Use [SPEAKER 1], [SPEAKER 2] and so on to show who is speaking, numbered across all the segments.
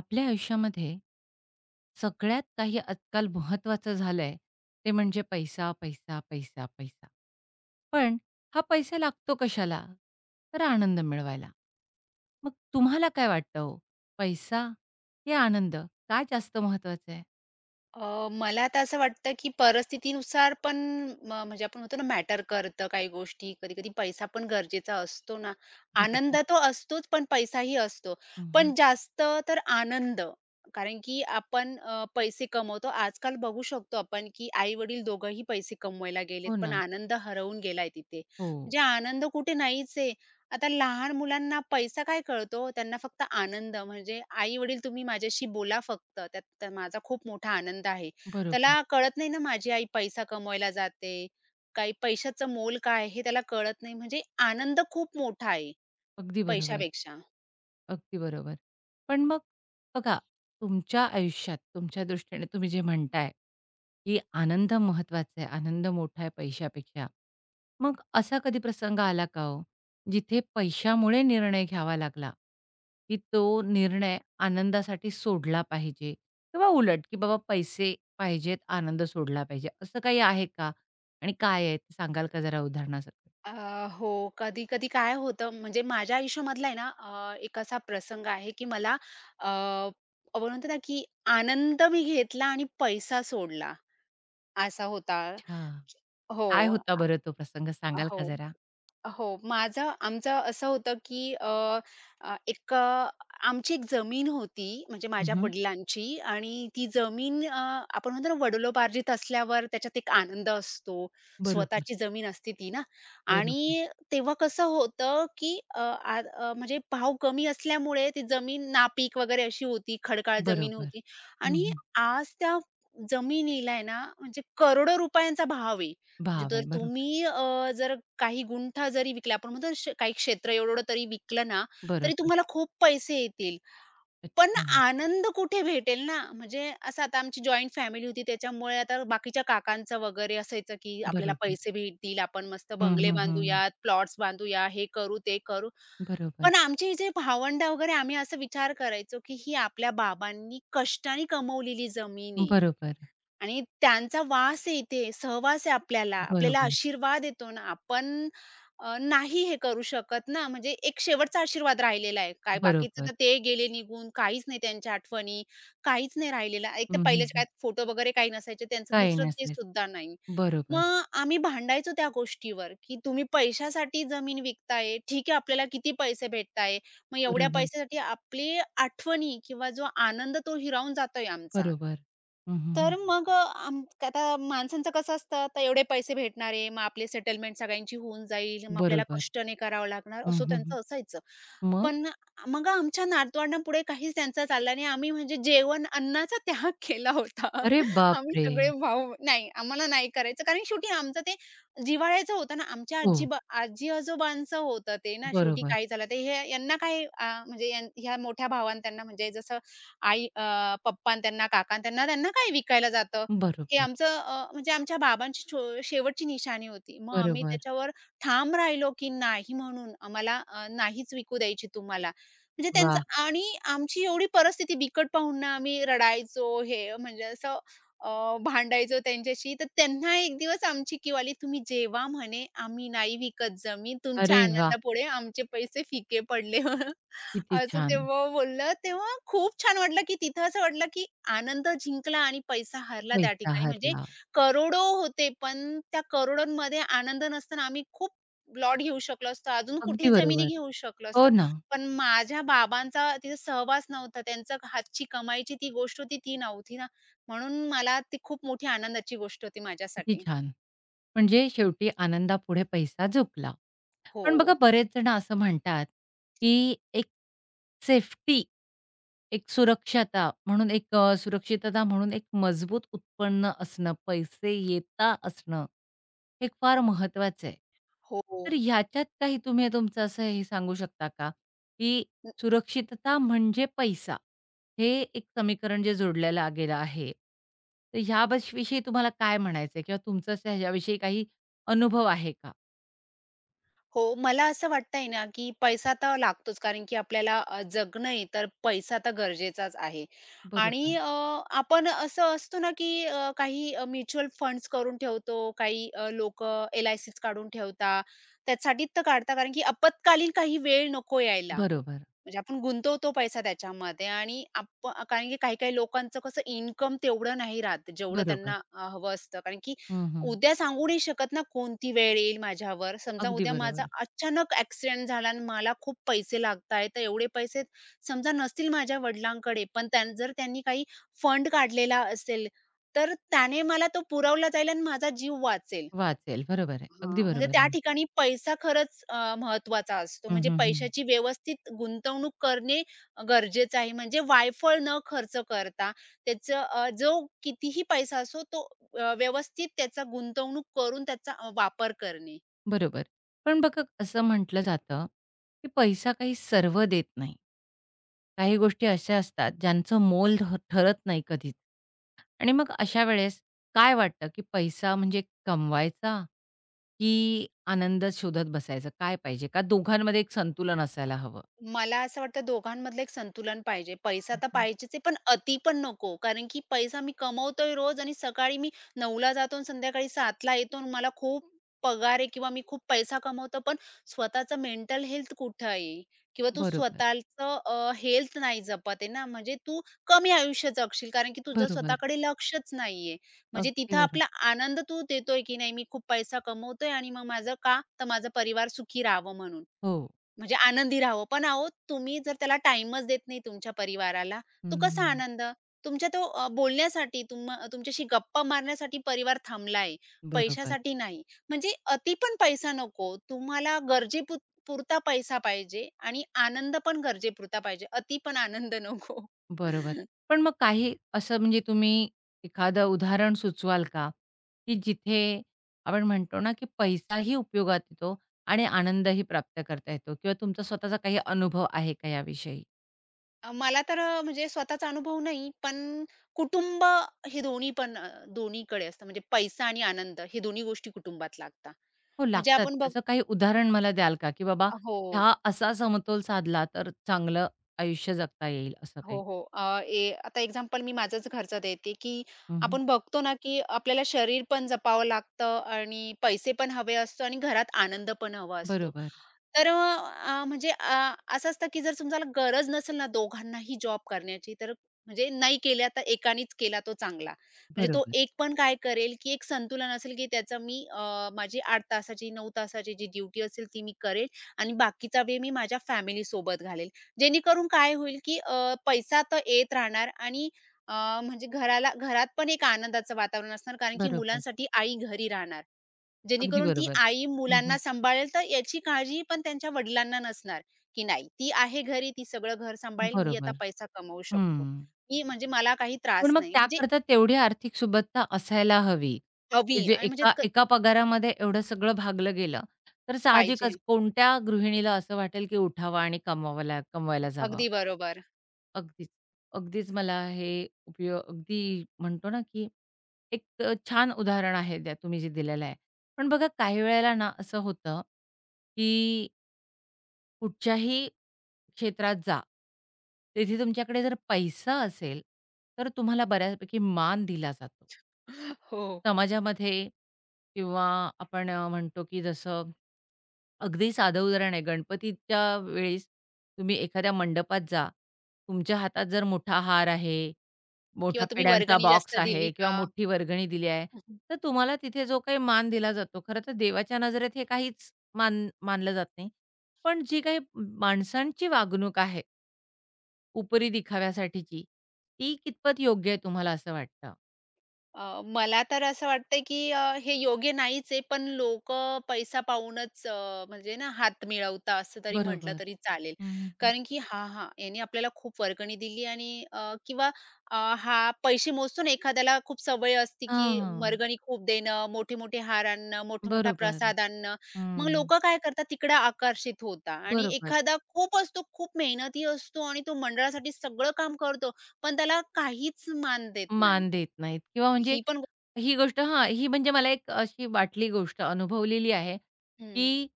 [SPEAKER 1] आपल्या आयुष्यामध्ये सगळ्यात काही आजकाल महत्त्वाचं झालंय, ते म्हणजे पैसा, पैसा, पैसा, पैसा. पण हा पैसा लागतो कशाला? तर आनंद मिळवायला. मग तुम्हाला काय वाटतं हो, पैसा की आनंद काय जास्त महत्त्वाचं आहे?
[SPEAKER 2] मला तर असं वाटतं, की परिस्थितीनुसार पण म्हणजे आपण म्हणतो ना मॅटर करतं काही गोष्टी. कधी-कधी पैसा पण गरजेचा असतो ना. आनंद
[SPEAKER 1] बरोबर.
[SPEAKER 2] तो असतोच, पण पैसाही असतो.
[SPEAKER 1] हं,
[SPEAKER 2] पण जास्त तर आनंद. कारण की आपण पैसे कमवतो. आजकाल बघू शकतो आपण, की आई-वडील दोघंही पैसे कमवायला गेलेत,
[SPEAKER 1] हो
[SPEAKER 2] पण
[SPEAKER 1] ना.
[SPEAKER 2] आनंद हरवून गेलाय तिथे.
[SPEAKER 1] हो.
[SPEAKER 2] म्हणजे आनंद कुठे नाहीच आहे. आता लहान मुलांना पैसा काय कळतो, त्यांना फक्त आनंद म्हणजे आई-वडील तुम्ही माझ्याशी बोला फक्त, त्यात माझा खूप मोठा आनंद आहे.
[SPEAKER 1] बरोबर.
[SPEAKER 2] त्याला कळत नाही ना माझी आई पैसा कमवायला जाते, काही पैशाचं मोल काय आहे हे त्याला कळत नाही. म्हणजे आनंद खूप मोठा आहे
[SPEAKER 1] अगदी बरोबर.
[SPEAKER 2] पैशापेक्षा.
[SPEAKER 1] अगदी बरोबर. पण मग बघा, तुमच्या आयुष्यात तुमच्या दृष्टीने तुम्ही जे म्हणताय, की आनंद महत्त्वाचा आहे, आनंद मोठा आहे पैशापेक्षा. मग असा कधी प्रसंग आला का हो, जिथे पैशामुळे निर्णय घ्यावा लागला, की तो निर्णय आनंदासाठी सोडला पाहिजे किंवा उलट, की बाबा पैसे पाहिजेत, आनंद सोडला पाहिजे, असं काही आहे का? आणि काय आहे ते सांगाल का जरा उदाहरणासकट?
[SPEAKER 2] अ, हो, कधी-कधी काय होतं म्हणजे माझ्या आयुष्यामधला आहे ना एक असा प्रसंग आहे की मला अ, आपण म्हणतो ना की आनंद मी घेतला आणि पैसा सोडला, असा होता.
[SPEAKER 1] अच्छा.
[SPEAKER 2] हो.
[SPEAKER 1] काय होता बरं तो प्रसंग सांगाल
[SPEAKER 2] हो.
[SPEAKER 1] का जरा?
[SPEAKER 2] हो. माझं आमचं असं होतं, की अ, अ, एक आमची एक जमीन होती, म्हणजे माझ्या
[SPEAKER 1] हं,
[SPEAKER 2] वडिलांची आणि ती जमीन आपण म्हणतो ना, वडिलोपार्जित असल्यावर त्याच्यात एक आनंद असतो.
[SPEAKER 1] बरोबर.
[SPEAKER 2] स्वतःची जमीन असते ती ना
[SPEAKER 1] बरोबर,
[SPEAKER 2] आणि तेव्हा कसं होतं, की म्हणजे भाव कमी असल्यामुळे ती जमीन नापीक वगैरे अशी होती, खडकाळ जमीन
[SPEAKER 1] बरोबर.
[SPEAKER 2] होती
[SPEAKER 1] हं,
[SPEAKER 2] आणि
[SPEAKER 1] हं.
[SPEAKER 2] आज त्या जमिनीला आहे ना, म्हणजे करोडो रुपयांचा भाव आहे. म्हणजे
[SPEAKER 1] भाव
[SPEAKER 2] जर
[SPEAKER 1] आहे. बरोबर,
[SPEAKER 2] तुम्ही जर काही गुंठा जरी विकला, आपण म्हणतो ना काही क्षेत्र एवढं तरी विकलं ना, तरी
[SPEAKER 1] बरोबर.
[SPEAKER 2] तुम्हाला खूप पैसे येतील. पण
[SPEAKER 1] अच्छा.
[SPEAKER 2] आनंद कुठे भेटेल ना? म्हणजे असं आता आमची जॉइंट फॅमिली होती त्याच्यामुळे आता बाकीच्या काकांचं वगैरे असायचं, की आपल्याला
[SPEAKER 1] बरोबर.
[SPEAKER 2] पैसे भेटतील, आपण मस्त
[SPEAKER 1] हं,
[SPEAKER 2] बंगले
[SPEAKER 1] हं, हं.
[SPEAKER 2] बांधूयात, प्लॉट्स बांधूया, हे करू, ते करू.
[SPEAKER 1] बरोबर,
[SPEAKER 2] पण आमचे जे भावंड वगैरे आम्ही असा विचार करायचो, की ही आपल्या बाबांनी कष्टाने कमवलेली जमीन आहे.
[SPEAKER 1] बरोबर,
[SPEAKER 2] आणि त्यांचा वास आहे इथे, सहवास आहे आपल्याला. आपल्याला
[SPEAKER 1] बरोबर,
[SPEAKER 2] आशीर्वाद येतो ना. आपण नाही हे करू शकत ना, म्हणजे एक शेवटचा आशीर्वाद राहिलेला आहे. काय बाकीचं
[SPEAKER 1] बरोबर.
[SPEAKER 2] तर ते गेले निघून, काहीच नाही त्यांच्या आठवणी, काहीच नाही राहिलेलं. एक
[SPEAKER 1] हं,
[SPEAKER 2] तर
[SPEAKER 1] हं,
[SPEAKER 2] पहिल्याच्या
[SPEAKER 1] हं.
[SPEAKER 2] काळात फोटो वगैरे काही नसायचे, त्यांचं
[SPEAKER 1] काही
[SPEAKER 2] दुसरं ते
[SPEAKER 1] नसेल.
[SPEAKER 2] सुद्धा नाही.
[SPEAKER 1] बरोबर,
[SPEAKER 2] मग आम्ही भांडायचो त्या गोष्टीवर, की तुम्ही पैशासाठी जमीन विकताय. ठीक आहे, आपल्याला किती पैसे भेटताय. मग एवढ्या
[SPEAKER 1] बरोबर,
[SPEAKER 2] पैशासाठी आपली आठवणी किंवा जो आनंद तो हिरावून जातोय आमचा.
[SPEAKER 1] बरोबर. हं, हं,
[SPEAKER 2] तर
[SPEAKER 1] हं.
[SPEAKER 2] मग अ, आम आता माणसांचं कसं असतं, आता एवढे पैसे भेटणार आहे, मग आपले सेटलमेंट सगळ्यांची होऊन जाईल, मग आपल्याला
[SPEAKER 1] बरोबर.
[SPEAKER 2] कष्ट नाही करावं लागणार,
[SPEAKER 1] हं,
[SPEAKER 2] असं
[SPEAKER 1] हं, हं.
[SPEAKER 2] त्यांचं असायचं.
[SPEAKER 1] मग?
[SPEAKER 2] पण मग आमच्या नातवंडांपुढे काहीच त्यांचा चालला नाही. आम्ही म्हणजे जेवण, अन्नाचा त्याग केला होता.
[SPEAKER 1] अरे
[SPEAKER 2] आम्ही
[SPEAKER 1] बापरे!
[SPEAKER 2] सगळे भाऊ नाही, आम्हाला नाही करायचं. कारण शेवटी आमचं ते जिव्हाळ्याचं होतं ना, आमच्या
[SPEAKER 1] हो,
[SPEAKER 2] आजी-आजोबांचं होतं ते ना, शेवटी
[SPEAKER 1] बरोबर,
[SPEAKER 2] काही झालं तर हे यांना काय म्हणजे ह्या मोठ्या भावांना त्यांना म्हणजे जसं आई पप्पा अन् त्यांना, काका अन् त्यांना, त्यांना काय विकायला जातं? हे
[SPEAKER 1] बरोबर,
[SPEAKER 2] आमचं म्हणजे आमच्या बाबांची शेवटची निशाणी होती. मग आम्ही
[SPEAKER 1] बरोबर.
[SPEAKER 2] त्याच्यावर ठाम राहिलो, की नाही म्हणून आम्हाला नाहीच विकू द्यायची तुम्हाला. म्हणजे त्यांचं
[SPEAKER 1] वाह!
[SPEAKER 2] आणि आमची एवढी परिस्थिती बिकट पाहून ना आम्ही रडायचो, हे म्हणजे असं अ, भांडायचो त्यांच्याशी. तर त्यांना एक दिवस आमची किवाली तुम्ही जेव्हा म्हणे, "आम्ही नाही विकत जमीन, तुमच्या
[SPEAKER 1] अरे वाह!
[SPEAKER 2] आनंदापुढे आमचे पैसे फिके पडले."
[SPEAKER 1] किती
[SPEAKER 2] असं
[SPEAKER 1] छान.
[SPEAKER 2] तेव्हा बोललं, तेव्हा खूप छान वाटलं, की तिथं असं वाटलं, की आनंद जिंकला आणि पैसा हरला त्या
[SPEAKER 1] पैसा
[SPEAKER 2] ठिकाणी. म्हणजे
[SPEAKER 1] हरला.
[SPEAKER 2] करोडो होते, पण त्या करोडोंमध्ये आनंद नसताना आम्ही खूप प्लॉट घेऊ शकलो असतो, अजून कुठे
[SPEAKER 1] अगदी
[SPEAKER 2] जमिनी
[SPEAKER 1] बरोबर.
[SPEAKER 2] घेऊ शकलो
[SPEAKER 1] हो
[SPEAKER 2] असतो.
[SPEAKER 1] ना.
[SPEAKER 2] पण माझ्या बाबांचा तिथे सहवास नव्हता. त्यांचा हातची कमाईची ती गोष्ट होती, ती नव्हती ना. म्हणून मला ती खूप मोठी आनंदाची गोष्ट होती
[SPEAKER 1] किती
[SPEAKER 2] माझ्यासाठी.
[SPEAKER 1] छान. म्हणजे शेवटी आनंदापुढे पैसा झुकला.
[SPEAKER 2] हो.
[SPEAKER 1] पण बघा बरेच जण असं म्हणतात, की एक सेफ्टी एक सुरक्षता म्हणून एक सुरक्षितता म्हणून एक मजबूत उत्पन्न असणं, पैसे येता असणं, हे फार महत्वाचं आहे.
[SPEAKER 2] हो.
[SPEAKER 1] तर ह्याच्यात काही तुम्ही तुमचं असं हे सांगू शकता का, की सुरक्षितता म्हणजे पैसा, हे एक समीकरण जे जोडलेलं गेलं आहे. तर ह्या विषयी तुम्हाला काय म्हणायचंय किंवा तुमचं असं ह्याच्याविषयी काही अनुभव आहे का?
[SPEAKER 2] हो, मला असं वाटतंय ना, की पैसा तर लागतोच कारण की आपल्याला जगणं आहे तर पैसा तर गरजेचाच आहे. आणि
[SPEAKER 1] बरोबर,
[SPEAKER 2] आपण असं असतो ना, की काही म्युच्युअल फंड्स करून ठेवतो, काही लोकं एल-आय-सीज काढून ठेवतात. त्यासाठी तर काढतात कारण की आपत्कालीन काही वेळ नको यायला.
[SPEAKER 1] बरोबर,
[SPEAKER 2] म्हणजे आपण गुंतवतो पैसा त्याच्यामध्ये आणि कारण की काही काही लोकांचं कसं इन्कम तेवढं नाही राहत, जेवढं
[SPEAKER 1] बरोबर.
[SPEAKER 2] त्यांना हवं असतं. कारण की
[SPEAKER 1] हं, हं.
[SPEAKER 2] उद्या सांगू नाही शकत ना, कोणती वेळ येईल माझ्यावर. समजा
[SPEAKER 1] अगदी
[SPEAKER 2] उद्या माझा
[SPEAKER 1] बरोबर.
[SPEAKER 2] अचानक ॲक्सिडेंट झाला आणि मला खूप पैसे लागतायत, तर एवढे पैसे समजा नसतील माझ्या वडिलांकडे, पण जर त्यांनी काही फंड काढलेला असेल, तर त्याने मला तो पुरवला जाईल आणि माझा जीव वाचेल.
[SPEAKER 1] वाचेल. बरोबर आहे. अगदी
[SPEAKER 2] हां, म्हणजे
[SPEAKER 1] बरोबर.
[SPEAKER 2] त्या ठिकाणी पैसा खरंच महत्त्वाचा असतो.
[SPEAKER 1] हं,
[SPEAKER 2] म्हणजे
[SPEAKER 1] हं, हं.
[SPEAKER 2] पैशाची व्यवस्थित गुंतवणूक करणे गरजेचं आहे. म्हणजे वायफळ न खर्च करता त्याचं जो कितीही पैसा असो तो व्यवस्थित त्याचा गुंतवणूक करून त्याचा वापर करणे.
[SPEAKER 1] बरोबर. पण बघा असं म्हटलं जातं, की पैसा काही सर्व देत नाही. काही गोष्टी अशा असतात ज्यांचं मोल ठरत नाही कधीच. आणि मग अशा वेळेस काय वाटतं, की पैसा म्हणजे कमवायचा, की आनंद शोधत बसायचा? काय पाहिजे? का दोघांमध्ये एक संतुलन असायला हवं?
[SPEAKER 2] मला असं वाटतं दोघांमधलं एक संतुलन पाहिजे. पैसा
[SPEAKER 1] हं,
[SPEAKER 2] तर
[SPEAKER 1] हं.
[SPEAKER 2] पाहिजेच आहे, पण अति पण नको. कारण की पैसा मी कमवतोय रोज आणि सकाळी मी 9:00ला जातो आणि संध्याकाळी 7:00ला येतो आणि मला खूप पगार आहे किंवा मी खूप पैसा कमवतो, पण स्वतःचं मेंटल हेल्थ कुठं आहे? किंवा तू
[SPEAKER 1] बरोबर,
[SPEAKER 2] स्वतःचं हेल्थ नाही जपत आहे ना, म्हणजे तू कमी आयुष्य जगशील कारण की तुझं
[SPEAKER 1] बरोबर.
[SPEAKER 2] स्वतःकडे लक्षच नाहीये. म्हणजे
[SPEAKER 1] अगदी
[SPEAKER 2] तिथं
[SPEAKER 1] बरोबर.
[SPEAKER 2] आपला आनंद तू देतोय की नाही, मी खूप पैसा कमवतोय आणि मग माझं का? तर माझा परिवार सुखी राहावं म्हणून.
[SPEAKER 1] हो.
[SPEAKER 2] म्हणजे आनंदी राहावं. पण अहो, तुम्ही जर त्याला टाईमच देत नाही तुमच्या परिवाराला, तो कसा
[SPEAKER 1] हं,
[SPEAKER 2] आनंद? तुमच्या तो बोलण्यासाठी, तुमच्याशी गप्पा मारण्यासाठी परिवार थांबलाय,
[SPEAKER 1] बरोबर.
[SPEAKER 2] पैशासाठी नाही. म्हणजे अति पण पैसा नको. तुम्हाला गरजे पुरता पैसा पाहिजे आणि आनंद पण गरजेपुरता पाहिजे. अति पण आनंद नको.
[SPEAKER 1] बरोबर. पण मग काही असं म्हणजे तुम्ही एखादं उदाहरण सुचवाल का? की जिथे आपण म्हणतो ना, की पैसाही उपयोगात येतो आणि आनंदही प्राप्त करता येतो किंवा तुमचा स्वतःचा काही अनुभव आहे का याविषयी?
[SPEAKER 2] मला तर म्हणजे स्वतःचा अनुभव नाही, पण कुटुंब हे दोन्ही पण दोन्हीकडे असतं. म्हणजे पैसा आणि आनंद हे दोन्ही गोष्टी कुटुंबात लागतात.
[SPEAKER 1] हो,
[SPEAKER 2] म्हणजे
[SPEAKER 1] लागतात.
[SPEAKER 2] आपण
[SPEAKER 1] त्याचं काही उदाहरण मला द्याल का? की बाबा
[SPEAKER 2] हो,
[SPEAKER 1] हा असा समतोल साधला तर चांगलं आयुष्य जगता येईल असं
[SPEAKER 2] हो,
[SPEAKER 1] काही?
[SPEAKER 2] हो. अ, ए आता एक्झाम्पल मी माझंच घरचं देते, की
[SPEAKER 1] हं, हं.
[SPEAKER 2] आपण बघतो ना, की आपल्याला शरीर पण जपावं लागतं आणि पैसे पण हवे असतो आणि घरात आनंद पण हवा असतो.
[SPEAKER 1] बरोबर,
[SPEAKER 2] तर अ, अ, म्हणजे असं असतं, की जर तुम्हाला गरज नसेल ना दोघांनाही जॉब करण्याची, तर म्हणजे नाही केल्या तर एकानीच केला तो चांगला. म्हणजे तो
[SPEAKER 1] बरोबर,
[SPEAKER 2] एक पण काय करेल, की एक संतुलन असेल, की त्याचं मी माझी 8 तासाची, 9 तासाची जी ड्युटी असेल ती मी करेल आणि बाकीचा वेळ मी माझ्या फॅमिलीसोबत घालेल. जेणेकरून काय होईल, की पैसा तर येत राहणार आणि अ, म्हणजे घरात पण एक आनंदाचं वातावरण असणार कारण की
[SPEAKER 1] बरोबर.
[SPEAKER 2] मुलांसाठी आई घरी राहणार.
[SPEAKER 1] अगदी
[SPEAKER 2] जेणेकरून ती
[SPEAKER 1] बरोबर.
[SPEAKER 2] आई
[SPEAKER 1] हं,
[SPEAKER 2] मुलांना सांभाळेल तर याची काळजी पण त्यांच्या वडिलांना नसणार, की नाही ती आहे घरी, ती सगळं घर सांभाळेल, मी आता
[SPEAKER 1] बरोबर.
[SPEAKER 2] पैसा कमवू शकतो.
[SPEAKER 1] हं.
[SPEAKER 2] मी म्हणजे मला काही
[SPEAKER 1] पण
[SPEAKER 2] त्रास
[SPEAKER 1] मग
[SPEAKER 2] नाही. म्हणजे
[SPEAKER 1] त्याकरता तेवढी आर्थिक सुबत्ता असायला हवी,
[SPEAKER 2] हवी
[SPEAKER 1] की जे
[SPEAKER 2] आणि म्हणजे
[SPEAKER 1] एका एका पगारामध्ये एवढं सगळं भागलं गेलं, तर
[SPEAKER 2] पाहिजे.
[SPEAKER 1] साहजिकच कोणत्या गृहिणीला असं वाटेल, की उठावं आणि कमवायला जावं.
[SPEAKER 2] अगदी बरोबर.
[SPEAKER 1] अगदीच, अगदीच मला हे अगदी म्हणतो ना, की एक छान उदाहरण आहे द्या तुम्ही जे दिलेलं आहे. पण बघा काही वेळेला ना असं होतं, की कुठच्याही क्षेत्रात जा. तेथे तुमच्याकडे जर पैसा असेल, तर तुम्हाला बऱ्यापैकी मान दिला जातो.
[SPEAKER 2] हो.
[SPEAKER 1] समाजामध्ये किंवा आपण म्हणतो की जसं अगदी साधं उदाहरण आहे, गणपतीच्या वेळेस तुम्ही एखाद्या मंडपात जा. तुमच्या हातात जर मोठा हार आहे
[SPEAKER 2] किंवा
[SPEAKER 1] मोठा
[SPEAKER 2] तुम्ही
[SPEAKER 1] पेढ्यांचा
[SPEAKER 2] वर्गणी जास्त
[SPEAKER 1] बॉक्स
[SPEAKER 2] दिली
[SPEAKER 1] आहे किंवा
[SPEAKER 2] का?
[SPEAKER 1] मोठी वर्गणी दिली आहे. तर तुम्हाला तिथे जो काही मान दिला जातो, खरं तर देवाच्या नजरेत हे काहीच मान मानलं जात नाही. पण जी काही माणसांची वागणूक आहे, उपरी दिखाव्यासाठीची, ती कितपत योग्य आहे तुम्हाला असं वाटतं?
[SPEAKER 2] मला तर असं वाटतंय, की हे योग्य नाहीच आहे, पण लोकं पैसा पाहूनच म्हणजे ना हात मिळवता असं तरी म्हटलं
[SPEAKER 1] बरोबर.
[SPEAKER 2] तरी चालेल.
[SPEAKER 1] हं, हं,
[SPEAKER 2] कारण की हां, हां, याने आपल्याला खूप वर्गणी दिली आणि किंवा हा पैसे मोजतो ना एखाद्याला खूप सवय असते, की
[SPEAKER 1] हां,
[SPEAKER 2] वर्गणी खूप देणं, मोठे-मोठे हार आणणं, मोठा-मोठा
[SPEAKER 1] बरोबर.
[SPEAKER 2] प्रसाद आणणं. मग
[SPEAKER 1] हं.
[SPEAKER 2] लोकं काय करतात तिकडे आकर्षित होतात आणि
[SPEAKER 1] बरोबर.
[SPEAKER 2] एखादा खूप असतो, खूप मेहनती असतो आणि तो मंडळासाठी सगळं काम करतो, पण त्याला काहीच मान देत नाही.
[SPEAKER 1] मान देत नाहीत किंवा म्हणजे
[SPEAKER 2] ही पण
[SPEAKER 1] ही गोष्ट हां, ही म्हणजे मला एक अशी वाटली गोष्ट अनुभवलेली आहे,
[SPEAKER 2] हं.
[SPEAKER 1] की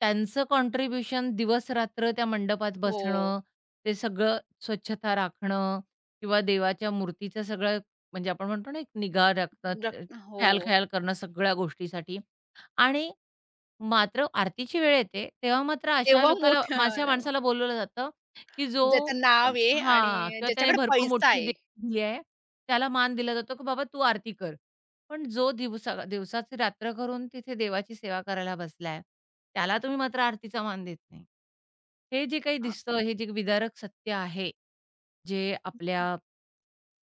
[SPEAKER 1] त्यांचं कॉन्ट्रिब्युशन दिवस-रात्र त्या मंडपात
[SPEAKER 2] हो.
[SPEAKER 1] बसणं, ते सगळं स्वच्छता राखणं किंवा देवाच्या मूर्तीचं सगळं म्हणजे आपण म्हणतो ना, एक निगा राखतात,
[SPEAKER 2] रक हो.
[SPEAKER 1] ख्याल-ख्याल करणं सगळ्या गोष्टीसाठी आणि मात्र आरतीची वेळ येते, तेव्हा मात्र अशा
[SPEAKER 2] तेव्हा
[SPEAKER 1] लोकाला
[SPEAKER 2] मोठं
[SPEAKER 1] अशा
[SPEAKER 2] आलं.
[SPEAKER 1] माणसाला बोलावलं जातं, की जो
[SPEAKER 2] ज्याचं नाव आहे
[SPEAKER 1] हां,
[SPEAKER 2] आणि
[SPEAKER 1] किंवा त्याने
[SPEAKER 2] ज्याच्याकडे
[SPEAKER 1] भरपूर
[SPEAKER 2] पैसा
[SPEAKER 1] मोठी
[SPEAKER 2] आहे.
[SPEAKER 1] दिली आहे, त्याला मान दिला जातो, की बाबा तू आरती कर. पण जो दिवसा दिवसाची रात्र करून तिथे देवाची सेवा करायला बसलाय, त्याला तुम्ही मात्र आरतीचा मान देत नाही. हे जे काही
[SPEAKER 2] अ,
[SPEAKER 1] दिसतं, हे जे विदारक सत्य आहे, जे आपल्या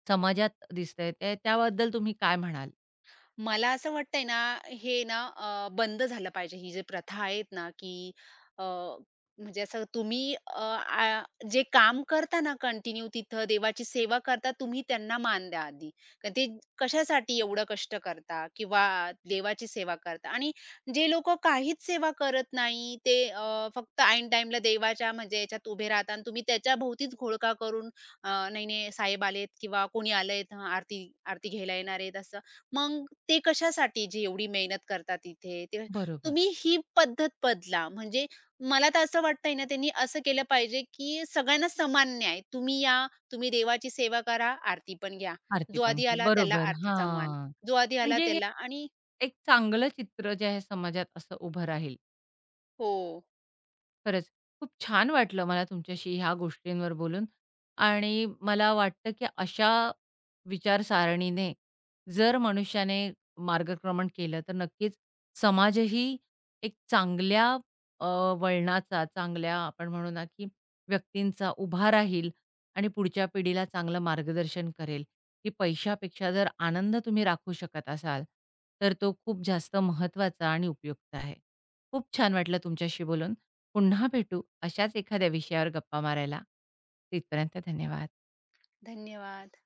[SPEAKER 1] समाजात दिसतंय, ते त्याबद्दल तुम्ही काय म्हणाल?
[SPEAKER 2] मला असं वाटतंय ना, हे ना बंद झालं पाहिजे. ही जी प्रथा आहेत ना, की अ, म्हणजे असं तुम्ही अ, आ जे काम करता ना कंटिन्यू तिथं देवाची सेवा करता, तुम्ही त्यांना मान द्या आधी. कारण ते कशासाठी एवढं कष्ट करता किंवा देवाची सेवा करता आणि जे लोकं काहीच सेवा करत नाही, ते फक्त ऐन टाईमला देवाच्या म्हणजे याच्यात उभे राहतात आणि तुम्ही त्याच्याभोवतीच घोळका करून "नाही, नाही, साहेब आलेत किंवा कोणी आलंय, आरती आरती घ्यायला येणार आहेत," असं. मग ते कशासाठी जे एवढी मेहनत करतात इथे? ते
[SPEAKER 1] बरोबर.
[SPEAKER 2] तुम्ही ही पद्धत बदला. म्हणजे मला तर असं वाटतंय ना, त्यांनी असं केलं पाहिजे, की सगळ्यांना समान न्याय. तुम्ही या, तुम्ही देवाची सेवा करा, आरती पण घ्या.
[SPEAKER 1] आरती
[SPEAKER 2] जो
[SPEAKER 1] पण
[SPEAKER 2] आधी
[SPEAKER 1] घ्या.
[SPEAKER 2] आला त्याला
[SPEAKER 1] बरोबर.
[SPEAKER 2] आरतीचा मान,
[SPEAKER 1] हां.
[SPEAKER 2] जो आधी आला
[SPEAKER 1] म्हणजे हे
[SPEAKER 2] त्याला आणि
[SPEAKER 1] एक चांगलं चित्र जे आहे समाजात असं उभं राहील.
[SPEAKER 2] हो.
[SPEAKER 1] खरंच, खूप छान वाटलं मला तुमच्याशी ह्या गोष्टींवर बोलून आणि मला वाटतं, की अशा विचारसारणीने जर मनुष्याने मार्गक्रमण केलं, तर नक्कीच समाजही एक चांगल्या अ, वळणाचा, चांगल्या आपण म्हणू ना, की व्यक्तींचा उभा राहील आणि पुढच्या पिढीला चांगलं मार्गदर्शन करेल, की पैशापेक्षा जर आनंद तुम्ही राखू शकत असाल, तर तो खूप जास्त महत्त्वाचा आणि उपयुक्त आहे. खूप छान वाटलं तुमच्याशी बोलून. पुन्हा भेटू अशाच एखाद्या विषयावर गप्पा मारायला. तिथपर्यंत धन्यवाद.
[SPEAKER 2] धन्यवाद.